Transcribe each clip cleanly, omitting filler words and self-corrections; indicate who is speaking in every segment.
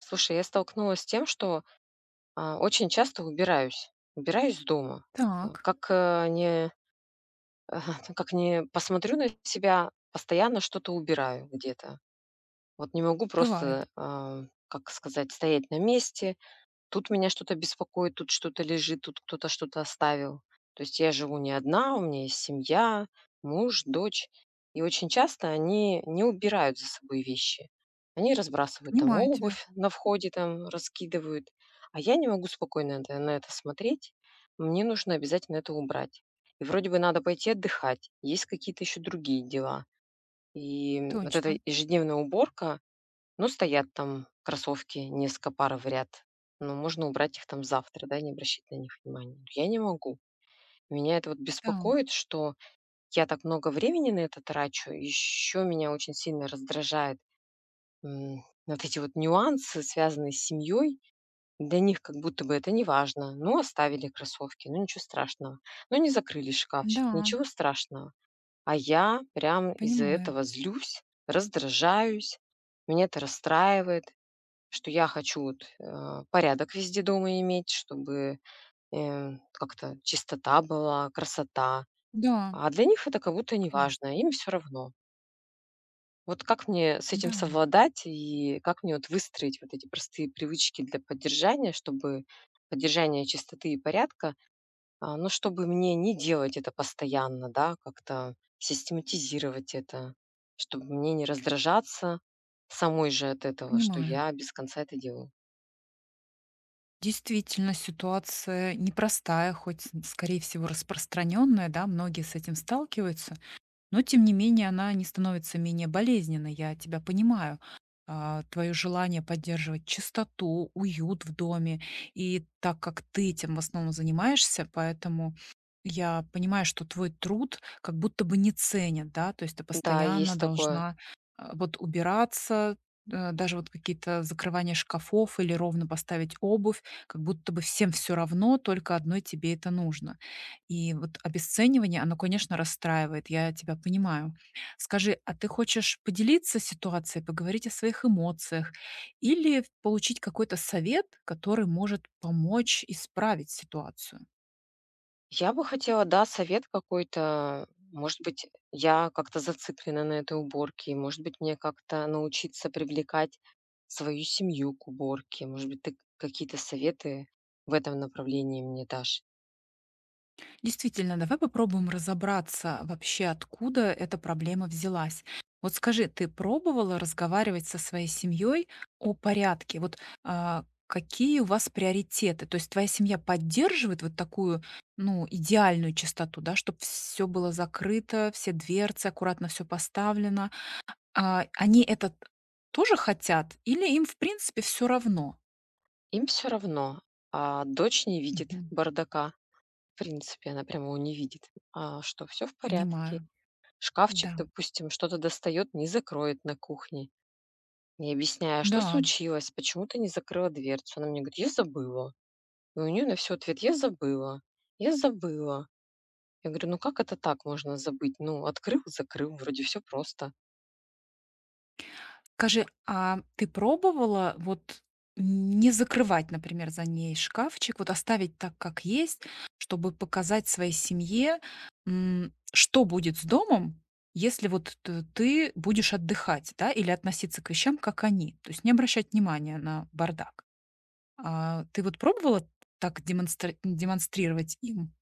Speaker 1: Слушай, я столкнулась с тем, что очень часто убираюсь из дома. А,
Speaker 2: Так,
Speaker 1: как, э, не как не посмотрю на себя, постоянно что-то убираю где-то. Вот не могу
Speaker 2: бывает.
Speaker 1: просто, как сказать, стоять на месте. Тут меня что-то беспокоит, тут что-то лежит, тут кто-то что-то оставил. То есть я живу не одна, у меня есть семья, муж, дочь. И очень часто они не убирают за собой вещи. Они разбрасывают там
Speaker 2: Понимаю тебя.
Speaker 1: обувь на входе, там раскидывают. А я не могу спокойно на это смотреть. Мне нужно обязательно это убрать. И вроде бы надо пойти отдыхать. Есть какие-то еще другие дела. И вот эта
Speaker 2: Точно.
Speaker 1: ежедневная уборка, ну, стоят там кроссовки, несколько пар в ряд. Но можно убрать их там завтра, да, не обращать на них внимания. Но я не могу. Меня это вот
Speaker 2: Да.
Speaker 1: беспокоит, что я так много времени на это трачу. Еще меня очень сильно раздражает, вот эти вот нюансы, связанные с семьей. Для них как будто бы это не важно. Ну, оставили кроссовки, ну ничего страшного. Ну, не закрыли шкафчик,
Speaker 2: Да,
Speaker 1: ничего страшного. А я прям из-за
Speaker 2: понимаю.
Speaker 1: этого злюсь, раздражаюсь, меня это расстраивает. Что я хочу вот, порядок везде дома иметь, чтобы как-то чистота была, красота.
Speaker 2: Да,
Speaker 1: А для них это как будто
Speaker 2: конечно.
Speaker 1: неважно, им все равно. Вот как мне с этим
Speaker 2: Да,
Speaker 1: совладать и как мне вот выстроить вот эти простые привычки для поддержания, чтобы поддержание чистоты и порядка, но чтобы мне не делать это постоянно, да, как-то систематизировать это, чтобы мне не раздражаться самой же от этого, что
Speaker 2: понимаю.
Speaker 1: я без конца это делаю.
Speaker 2: Действительно, ситуация непростая, хоть, скорее всего, распространенная, да, многие с этим сталкиваются. Но тем не менее она не становится менее болезненной. Я тебя понимаю. Твое желание поддерживать чистоту, уют в доме. И так как ты этим в основном занимаешься, поэтому я понимаю, что твой труд как будто бы не ценят, да, то есть ты
Speaker 1: Да,
Speaker 2: постоянно
Speaker 1: есть такое.
Speaker 2: должна вот убираться, даже вот какие-то закрывания шкафов или ровно поставить обувь, как будто бы всем все равно, только одной тебе это нужно. И вот обесценивание, оно, конечно, расстраивает, я тебя понимаю. Скажи, а ты хочешь поделиться ситуацией, поговорить о своих эмоциях или получить какой-то совет, который может помочь исправить ситуацию?
Speaker 1: Я бы хотела, да, совет какой-то. Может быть, я как-то зациклена на этой уборке. Может быть, мне как-то научиться привлекать свою семью к уборке. Может быть, ты какие-то советы в этом направлении мне дашь.
Speaker 2: Действительно, давай попробуем разобраться вообще, откуда эта проблема взялась. Вот скажи, ты пробовала разговаривать со своей семьей о порядке? Вот какие у вас приоритеты? То есть твоя семья поддерживает вот такую, ну, идеальную чистоту, да, чтобы все было закрыто, все дверцы, аккуратно все поставлено. Они это тоже хотят или им, в принципе, все равно?
Speaker 1: Им все равно. А дочь не видит
Speaker 2: Мгм.
Speaker 1: бардака. В принципе, она прямо его не видит. А что все в порядке.
Speaker 2: Понимаю.
Speaker 1: Шкафчик,
Speaker 2: Да.
Speaker 1: допустим, что-то достает, не закроет на кухне. Не объясняя, что
Speaker 2: Да,
Speaker 1: случилось, почему ты не закрыла дверцу. Она мне говорит, я забыла. И у нее на все ответ: "Я забыла, я забыла". Я говорю: "Ну как это так можно забыть? Ну, открыл, закрыл, вроде все просто".
Speaker 2: скажи, а ты пробовала вот не закрывать, например, за ней шкафчик, вот оставить так, как есть, чтобы показать своей семье, что будет с домом, если вот ты будешь отдыхать, да, или относиться к вещам, как они, то есть не обращать внимания на бардак. А ты вот пробовала так демонстрировать им?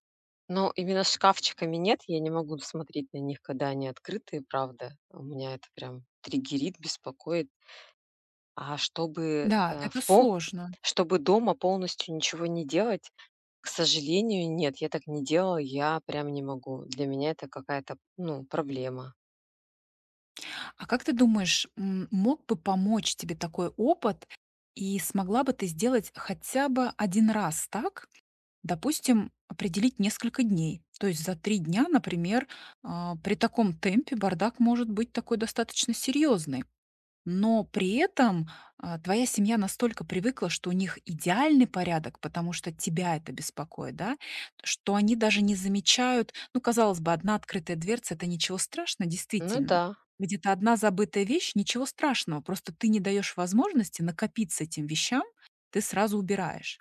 Speaker 1: Но именно с шкафчиками нет, я не могу смотреть на них, когда они открытые, правда. У меня это прям триггерит, беспокоит. А чтобы,
Speaker 2: Да,
Speaker 1: э,
Speaker 2: это
Speaker 1: в пол
Speaker 2: сложно.
Speaker 1: чтобы дома полностью ничего не делать, к сожалению, нет, я так не делала, я прям не могу. Для меня это какая-то, ну, проблема.
Speaker 2: А как ты думаешь, мог бы помочь тебе такой опыт, и смогла бы ты сделать хотя бы один раз так? Допустим, определить несколько дней. То есть за 3 дня, например, при таком темпе бардак может быть такой достаточно серьезный. Но при этом, твоя семья настолько привыкла, что у них идеальный порядок, потому что тебя это беспокоит, да, что они даже не замечают, ну, казалось бы, одна открытая дверца — это ничего страшного,
Speaker 1: Ну да,
Speaker 2: действительно. Где-то одна забытая вещь — ничего страшного, просто ты не даешь возможности накопиться этим вещам, ты сразу убираешь.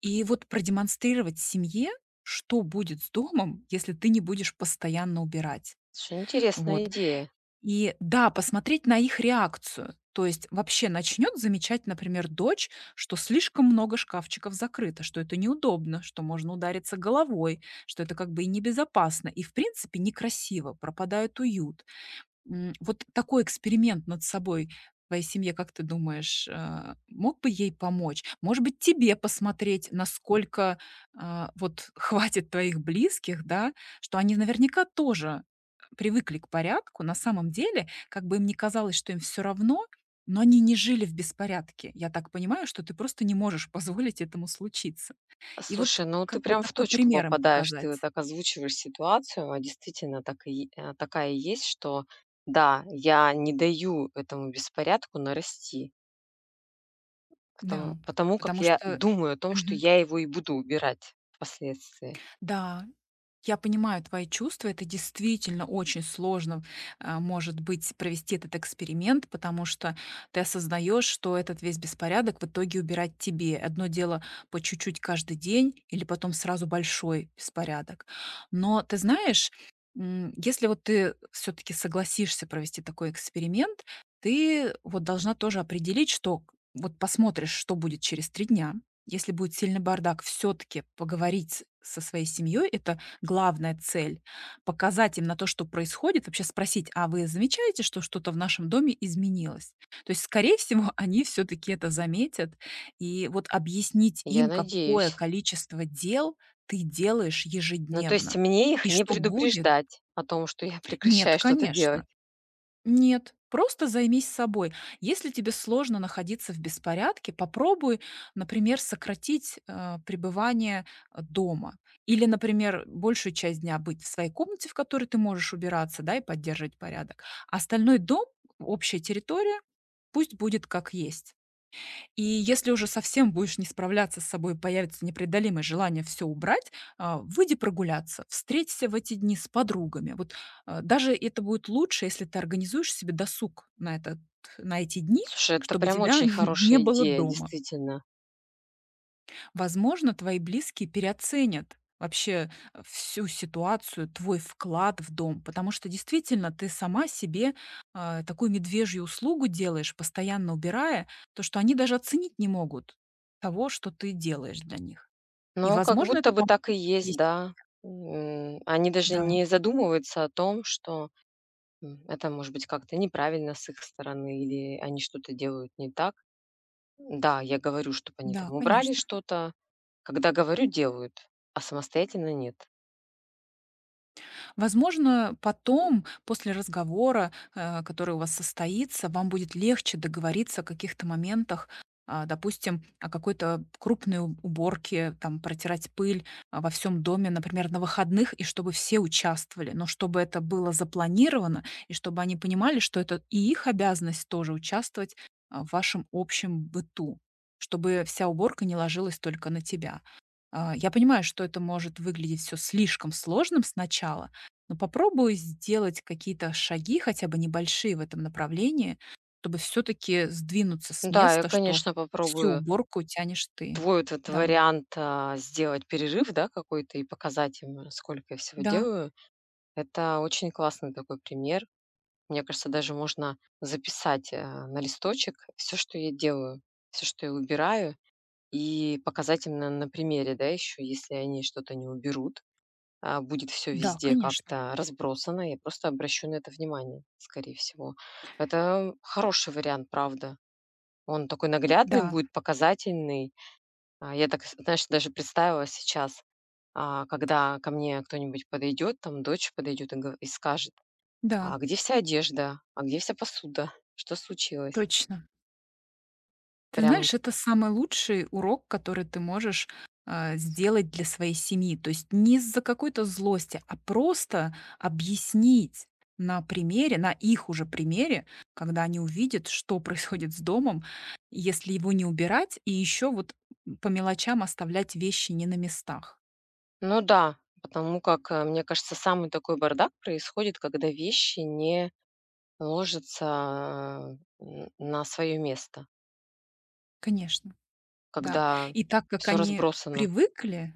Speaker 2: И вот продемонстрировать семье, что будет с домом, если ты не будешь постоянно убирать.
Speaker 1: слушай, интересная
Speaker 2: Вот.
Speaker 1: идея.
Speaker 2: И да, посмотреть на их реакцию. То есть вообще начнет замечать, например, дочь, что слишком много шкафчиков закрыто, что это неудобно, что можно удариться головой, что это как бы и небезопасно, и в принципе некрасиво, пропадает уют. Вот такой эксперимент над собой в твоей семье, как ты думаешь, мог бы ей помочь? Может быть, тебе посмотреть, насколько, вот хватит твоих близких, да, что они наверняка тоже привыкли к порядку. На самом деле, как бы им не казалось, что им все равно, но они не жили в беспорядке. Я так понимаю, что ты просто не можешь позволить этому случиться. И вот
Speaker 1: Слушай, ну ты
Speaker 2: как бы
Speaker 1: прям в
Speaker 2: такой
Speaker 1: точку
Speaker 2: пример им
Speaker 1: попадаешь. Ты вот
Speaker 2: показать.
Speaker 1: так озвучиваешь ситуацию, а действительно такая и есть, что да, я не даю этому беспорядку нарасти, потому,
Speaker 2: Да,
Speaker 1: потому как
Speaker 2: потому
Speaker 1: я
Speaker 2: что.
Speaker 1: думаю о том, что
Speaker 2: Мгм.
Speaker 1: я его и буду убирать впоследствии.
Speaker 2: Да. Я понимаю твои чувства. Это действительно очень сложно, может быть, провести этот эксперимент, потому что ты осознаешь, что этот весь беспорядок в итоге убирать тебе. Одно дело по чуть-чуть каждый день или потом сразу большой беспорядок. Но ты знаешь, если вот ты все-таки согласишься провести такой эксперимент, ты вот должна тоже определить, что вот посмотришь, что будет через три дня. Если будет сильный бардак, все-таки поговорить со своей семьей, это главная цель. Показать им на то, что происходит, вообще спросить: "А вы замечаете, что что-то в нашем доме изменилось?" То есть, скорее всего, они все таки это заметят. И вот объяснить
Speaker 1: Я
Speaker 2: им, какое
Speaker 1: надеюсь.
Speaker 2: количество дел ты делаешь
Speaker 1: Ну, то есть
Speaker 2: ежедневно
Speaker 1: мне их
Speaker 2: и
Speaker 1: не
Speaker 2: что будет.
Speaker 1: предупреждать о том, что я
Speaker 2: Нет,
Speaker 1: прекращаю что-то
Speaker 2: конечно.
Speaker 1: делать.
Speaker 2: Нет, просто займись собой. Если тебе сложно находиться в беспорядке, попробуй, например, сократить пребывание дома. Или, например, большую часть дня быть в своей комнате, в которой ты можешь убираться, да, и поддерживать порядок. Остальной дом, общая территория, пусть будет как есть. И если уже совсем будешь не справляться с собой, появится непреодолимое желание все убрать, выйди прогуляться, встреться в эти дни с подругами. Вот, даже это будет лучше, если ты организуешь себе досуг на эти дни,
Speaker 1: Слушай, это
Speaker 2: чтобы
Speaker 1: прям
Speaker 2: тебя
Speaker 1: очень
Speaker 2: не
Speaker 1: хорошая
Speaker 2: было
Speaker 1: идея,
Speaker 2: дома.
Speaker 1: действительно.
Speaker 2: Возможно, твои близкие переоценят вообще всю ситуацию, твой вклад в дом, потому что действительно ты сама себе такую медвежью услугу делаешь, постоянно убирая, то что они даже оценить не могут того, что ты делаешь для них. И,
Speaker 1: Но как
Speaker 2: возможно, это
Speaker 1: будто бы
Speaker 2: поможет
Speaker 1: так и
Speaker 2: твоей
Speaker 1: есть,
Speaker 2: семье.
Speaker 1: да. Они даже
Speaker 2: Да,
Speaker 1: не задумываются о том, что это может быть как-то неправильно с их стороны или они что-то делают не так. Да, я говорю, чтоб они там
Speaker 2: да,
Speaker 1: убрали
Speaker 2: конечно.
Speaker 1: что-то. Когда говорю, делают, а самостоятельно нет.
Speaker 2: Возможно, потом, после разговора, который у вас состоится, вам будет легче договориться о каких-то моментах, допустим, о какой-то крупной уборке, там, протирать пыль во всем доме, например, на выходных, и чтобы все участвовали, но чтобы это было запланировано, и чтобы они понимали, что это и их обязанность тоже участвовать в вашем общем быту, чтобы вся уборка не ложилась только на тебя. Я понимаю, что это может выглядеть все слишком сложным сначала, но попробуй сделать какие-то шаги, хотя бы небольшие в этом направлении, чтобы все-таки сдвинуться с
Speaker 1: Да, я,
Speaker 2: места, что
Speaker 1: конечно,
Speaker 2: всю
Speaker 1: попробую
Speaker 2: уборку тянешь ты.
Speaker 1: твой вот этот
Speaker 2: Да,
Speaker 1: вариант, сделать перерыв, да, какой-то и показать им, сколько я всего
Speaker 2: да,
Speaker 1: делаю. Это очень классный такой пример. Мне кажется, даже можно записать, на листочек все, что я делаю, все, что я убираю. И показательно на примере, да, еще, если они что-то не уберут, будет все
Speaker 2: да,
Speaker 1: везде
Speaker 2: конечно.
Speaker 1: как-то разбросано. Я просто обращу на это внимание, скорее всего. Это хороший вариант, правда. Он такой наглядный
Speaker 2: Да,
Speaker 1: будет, показательный. Я так, знаешь, даже представила сейчас, когда ко мне кто-нибудь подойдет, там дочь подойдет и скажет: "А
Speaker 2: да,
Speaker 1: где вся одежда? А где вся посуда? Что случилось?"
Speaker 2: точно. Ты
Speaker 1: Прям
Speaker 2: знаешь, это самый лучший урок, который ты можешь, сделать для своей семьи. То есть не из-за какой-то злости, а просто объяснить на примере, на их уже примере, когда они увидят, что происходит с домом, если его не убирать и еще вот, по мелочам оставлять вещи не на местах.
Speaker 1: ну да, потому как, мне кажется, самый такой бардак происходит, когда вещи не ложатся, э, н на свое место,
Speaker 2: Конечно, да.
Speaker 1: когда
Speaker 2: И так как
Speaker 1: все
Speaker 2: они
Speaker 1: разбросано.
Speaker 2: привыкли.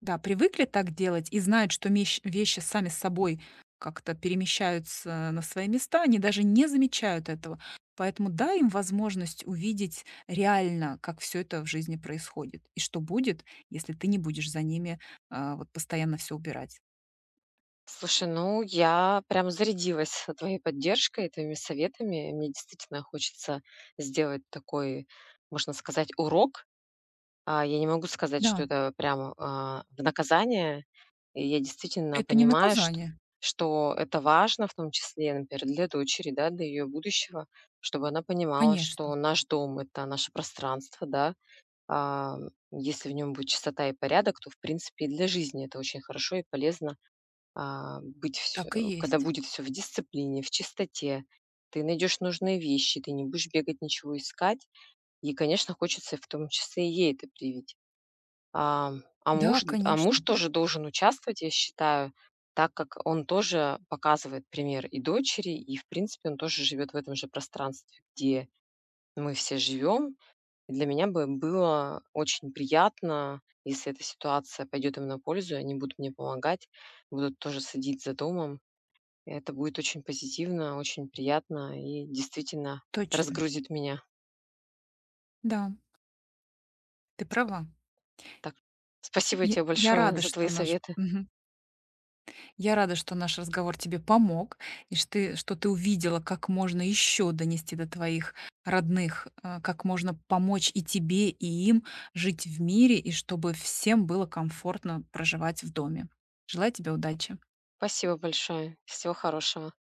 Speaker 2: Да, привыкли так делать и знают, что мещ вещи сами с собой как-то перемещаются на свои места, они даже не замечают этого. Поэтому дай им возможность увидеть реально, как все это в жизни происходит и что будет, если ты не будешь за ними, вот постоянно все убирать.
Speaker 1: Слушай, ну, я прям зарядилась твоей поддержкой, твоими советами. Мне действительно хочется сделать такой, можно сказать, урок. Я не могу сказать, что
Speaker 2: Да,
Speaker 1: это прям, в наказание. И я действительно
Speaker 2: это не
Speaker 1: понимаю, что
Speaker 2: наказание,
Speaker 1: что это важно, в том числе, например, для дочери, да, для ее будущего, чтобы она понимала,
Speaker 2: конечно.
Speaker 1: что наш дом- это наше пространство, да. А, если в нем будет чистота и порядок, то, в принципе, и для жизни это очень хорошо и полезно. А, быть всё
Speaker 2: Так и
Speaker 1: когда
Speaker 2: есть.
Speaker 1: будет все в дисциплине, в чистоте, ты найдешь нужные вещи, ты не будешь бегать, ничего искать. И, конечно, хочется в том числе и ей это привить. А, а
Speaker 2: Да,
Speaker 1: муж а муж
Speaker 2: конечно,
Speaker 1: тоже должен участвовать, я считаю, так как он тоже показывает пример и дочери, и, в принципе, он тоже живет в этом же пространстве, где мы все живем. И для меня бы было очень приятно, если эта ситуация пойдет им на пользу, и они будут мне помогать, будут тоже следить за домом. И это будет очень позитивно, очень приятно и действительно
Speaker 2: точно.
Speaker 1: разгрузит меня.
Speaker 2: Да, ты права.
Speaker 1: Так, спасибо
Speaker 2: Я
Speaker 1: тебе
Speaker 2: я
Speaker 1: большое
Speaker 2: рада,
Speaker 1: за твои
Speaker 2: что наш
Speaker 1: советы.
Speaker 2: мгм. Я рада, что наш разговор тебе помог, и что ты, увидела, как можно еще донести до твоих родных, как можно помочь и тебе, и им жить в мире, и чтобы всем было комфортно проживать в доме. Желаю тебе удачи.
Speaker 1: Спасибо большое. Всего хорошего.